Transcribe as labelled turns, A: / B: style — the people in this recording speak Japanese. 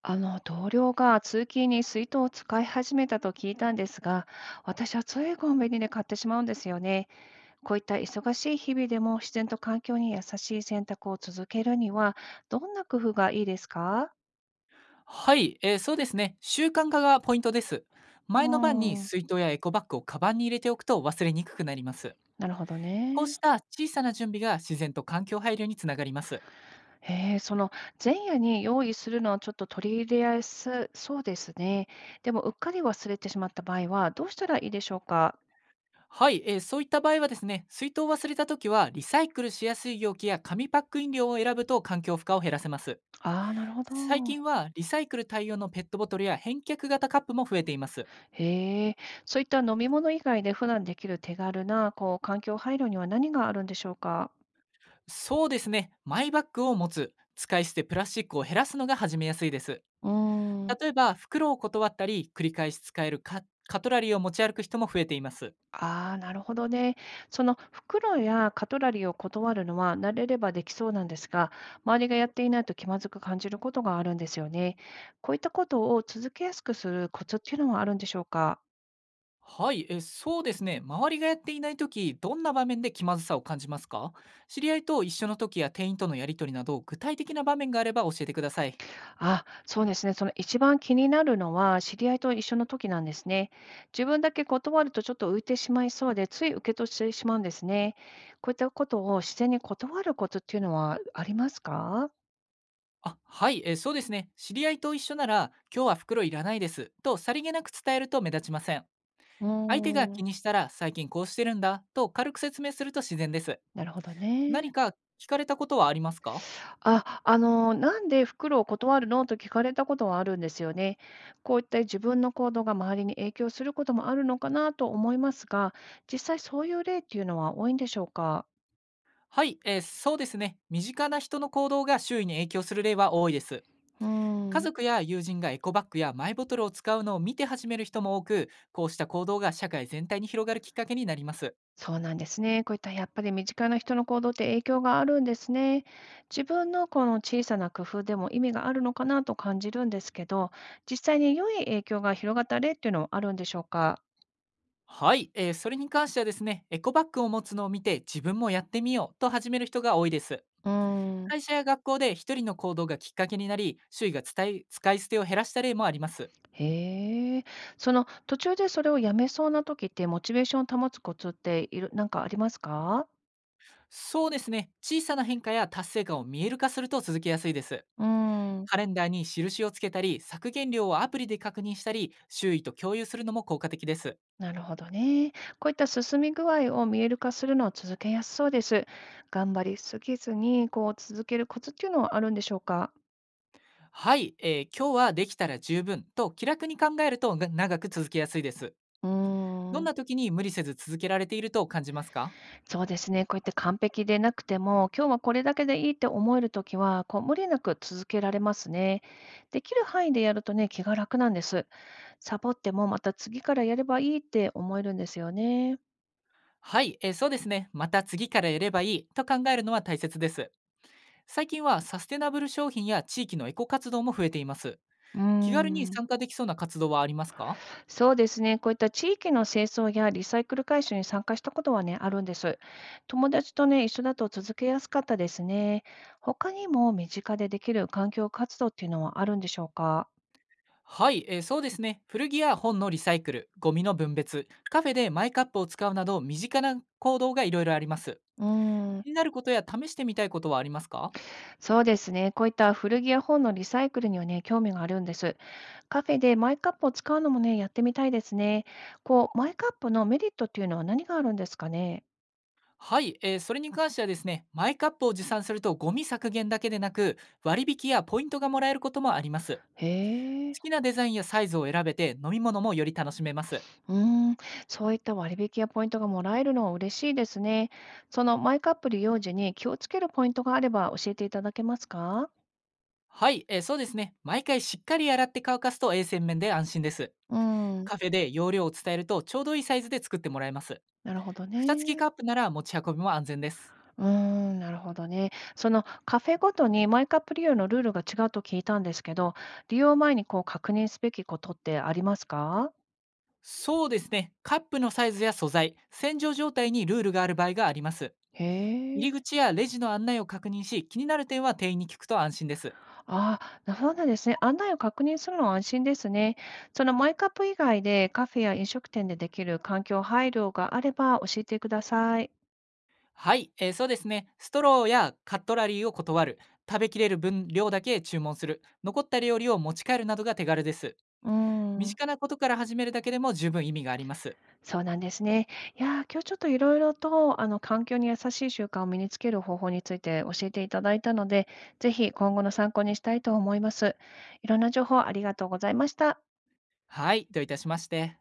A: 同僚が通勤に水筒を使い始めたと聞いたんですが、私はついコンビニで買ってしまうんですよね。こういった忙しい日々でも自然と環境に優しい選択を続けるには、どんな工夫がいいですか？
B: はい、そうですね。習慣化がポイントです。
A: うー
B: 前の晩に
A: ん、
B: 水筒やエコバッグをカバンに入れておくと忘れにくくなります。
A: なるほど
B: こうし
A: ね。
B: た小さな準備が自然と環境配慮につながります。
A: へえ、その前夜に用意するのはちょっと取り入れやすそうですね。でも、うっかり忘れてしまった場合は、どうしたらいいでしょうか？
B: はい、そういった場合はですね、水筒を忘れた時はリサイクルしやすい容器や紙パック飲料を選ぶと環境負荷を減らせます。
A: ああー、なるほど。
B: 最近はリサイクル対応のペットボトルや返却型カップも増えています。
A: へえ、そういった飲み物以外で普段できる手軽な、こう、環境配慮には何があるんでしょうか？
B: そうですね、マイバッグを持つ、使い捨てプラスチックを減らすのが始めやすいです。
A: うーん、
B: 例えば、袋を断ったり、繰り返し使えるカトラリーを持ち歩く人も増えています。
A: ああ、なるほどね。その袋やカトラリーを断るのは慣れればできそうなんですが、周りがやっていないと気まずく感じることがあるんですよね。こういったことを続けやすくするコツっていうのはあるんでしょうか？
B: はい、そうですね。周りがやっていない時、どんな場面で気まずさを感じますか？知り合いと一緒の時や店員とのやり取りなど、具体的な場面があれば教えてください。
A: あ、そうですね。その一番気になるのは、知り合いと一緒の時なんですね。自分だけ断るとちょっと浮いてしまいそうで、つい受け取ってしまうんですね。こういったことを自然に断ることっていうのはありますか？
B: あ、はい、そうですね。知り合いと一緒なら、今日は袋いらないです、とさりげなく伝えると目立ちません。
A: うー
B: 相手が気
A: ん、
B: にしたら、最近こうしてるんだ、と軽く説明すると自然です。
A: なるほど
B: 何
A: ね。
B: か聞かれたことはありますか？
A: あ、「なんで袋を断るの？」と聞かれたことはあるんですよね。こういった自分の行動が周りに影響することもあるのかなと思いますが、実際そういう例っていうのは多いんでしょうか？
B: はい、そうですね。身近な人の行動が周囲に影響する例は多いです。
A: うー
B: 家
A: ん。
B: 族や友人がエコバッグやマイボトルを使うのを見て始める人も多く、こうした行動が社会全体に広がるきっかけになります。
A: そうなんですね。こういったやっぱり身近な人の行動って影響があるんですね。自分のこの小さな工夫でも意味があるのかなと感じるんですけど、実際に良い影響が広がった例っていうのはあるんでしょうか？
B: はい、それに関してはですね、エコバッグを持つのを見て自分もやってみようと始める人が多いです。
A: うーん。
B: 会社や学校で一人の行動がきっかけになり、周囲が伝え使い捨てを減らした例もあります。
A: へえ。その途中でそれをやめそうな時って、モチベーションを保つコツっているなんかありますか？
B: そうですね、小さな変化や達成感を見える化すると続けやすいです。
A: うーん、
B: カレンダーに印をつけたり、削減量をアプリで確認したり、周囲と共有するのも効果的です。
A: なるほどね。こういった進み具合を見える化するのは続けやすそうです。頑張りすぎずに、こう続けるコツっていうのはあるんでしょうか？
B: はい、今日はできたら十分と気楽に考えるとが長く続けやすいです。
A: うー
B: どん
A: ん、
B: な時に無理せず続けられていると感じますか？
A: そうですね。こうやって完璧でなくても、今日はこれだけでいいって思えるときは、無理なく続けられますね。できる範囲でやるとね、気が楽なんです。サボってもまた次からやればいいって思えるんですよね。
B: はい、そうですね。また次からやればいいと考えるのは大切です。最近はサステナブル商品や地域のエコ活動も増えています。
A: うー
B: 気軽に
A: ん、
B: 参加できそうな活動はありますか？
A: そうですね。こういった地域の清掃やリサイクル回収に参加したことはね、あるんです。友達とね、一緒だと続けやすかったですね。他にも身近でできる環境活動っていうのはあるんでしょうか？
B: はい、そうですね。古着や本のリサイクル、ゴミの分別、カフェでマイカップを使うなど身近な行動がいろいろあります。
A: うー
B: 気に
A: ん。
B: なることや試してみたいことはありますか？
A: そうですね。こういった古着や本のリサイクルにはね、興味があるんです。カフェでマイカップを使うのもね、やってみたいですね。マイカップのメリットっていうのは何があるんですかね。
B: はい、それに関してはですね、マイカップを持参するとゴミ削減だけでなく、割引やポイントがもらえることもあります。
A: へえ、
B: 好きなデザインやサイズを選べて飲み物もより楽しめます。
A: うーん、そういった割引やポイントがもらえるのは嬉しいですね。そのマイカップ利用時に気をつけるポイントがあれば教えていただけますか？
B: はい、そうですね。毎回しっかり洗って乾かすと衛生面で安心です。
A: うん、
B: カフェで容量を伝えるとちょうどいいサイズで作ってもらえます。
A: なるほど
B: 蓋付き
A: ね。
B: カップなら持ち運びも安全です。
A: うーん、なるほどね。そのカフェごとにマイカップ利用のルールが違うと聞いたんですけど、利用前にこう確認すべきことってありますか？
B: そうですね。カップのサイズや素材、洗浄状態にルールがある場合があります。
A: へ
B: 入り
A: え。
B: 口やレジの案内を確認し、気になる点は店員に聞くと安心です。
A: ああ、そうなんですね。案内を確認するのは安心ですね。そのマイカップ以外でカフェや飲食店でできる環境配慮があれば教えてください。
B: はい、そうですね。ストローやカットラリーを断る。食べきれる分量だけ注文する。残った料理を持ち帰るなどが手軽です。
A: うー
B: 身
A: ん。
B: 近なことから始めるだけでも十分意味があります。
A: そうなんですね。いやー、今日ちょっといろいろと、環境に優しい習慣を身につける方法について教えていただいたので、ぜひ今後の参考にしたいと思います。いろんな情報ありがとうございました。
B: はい、どういたしまして。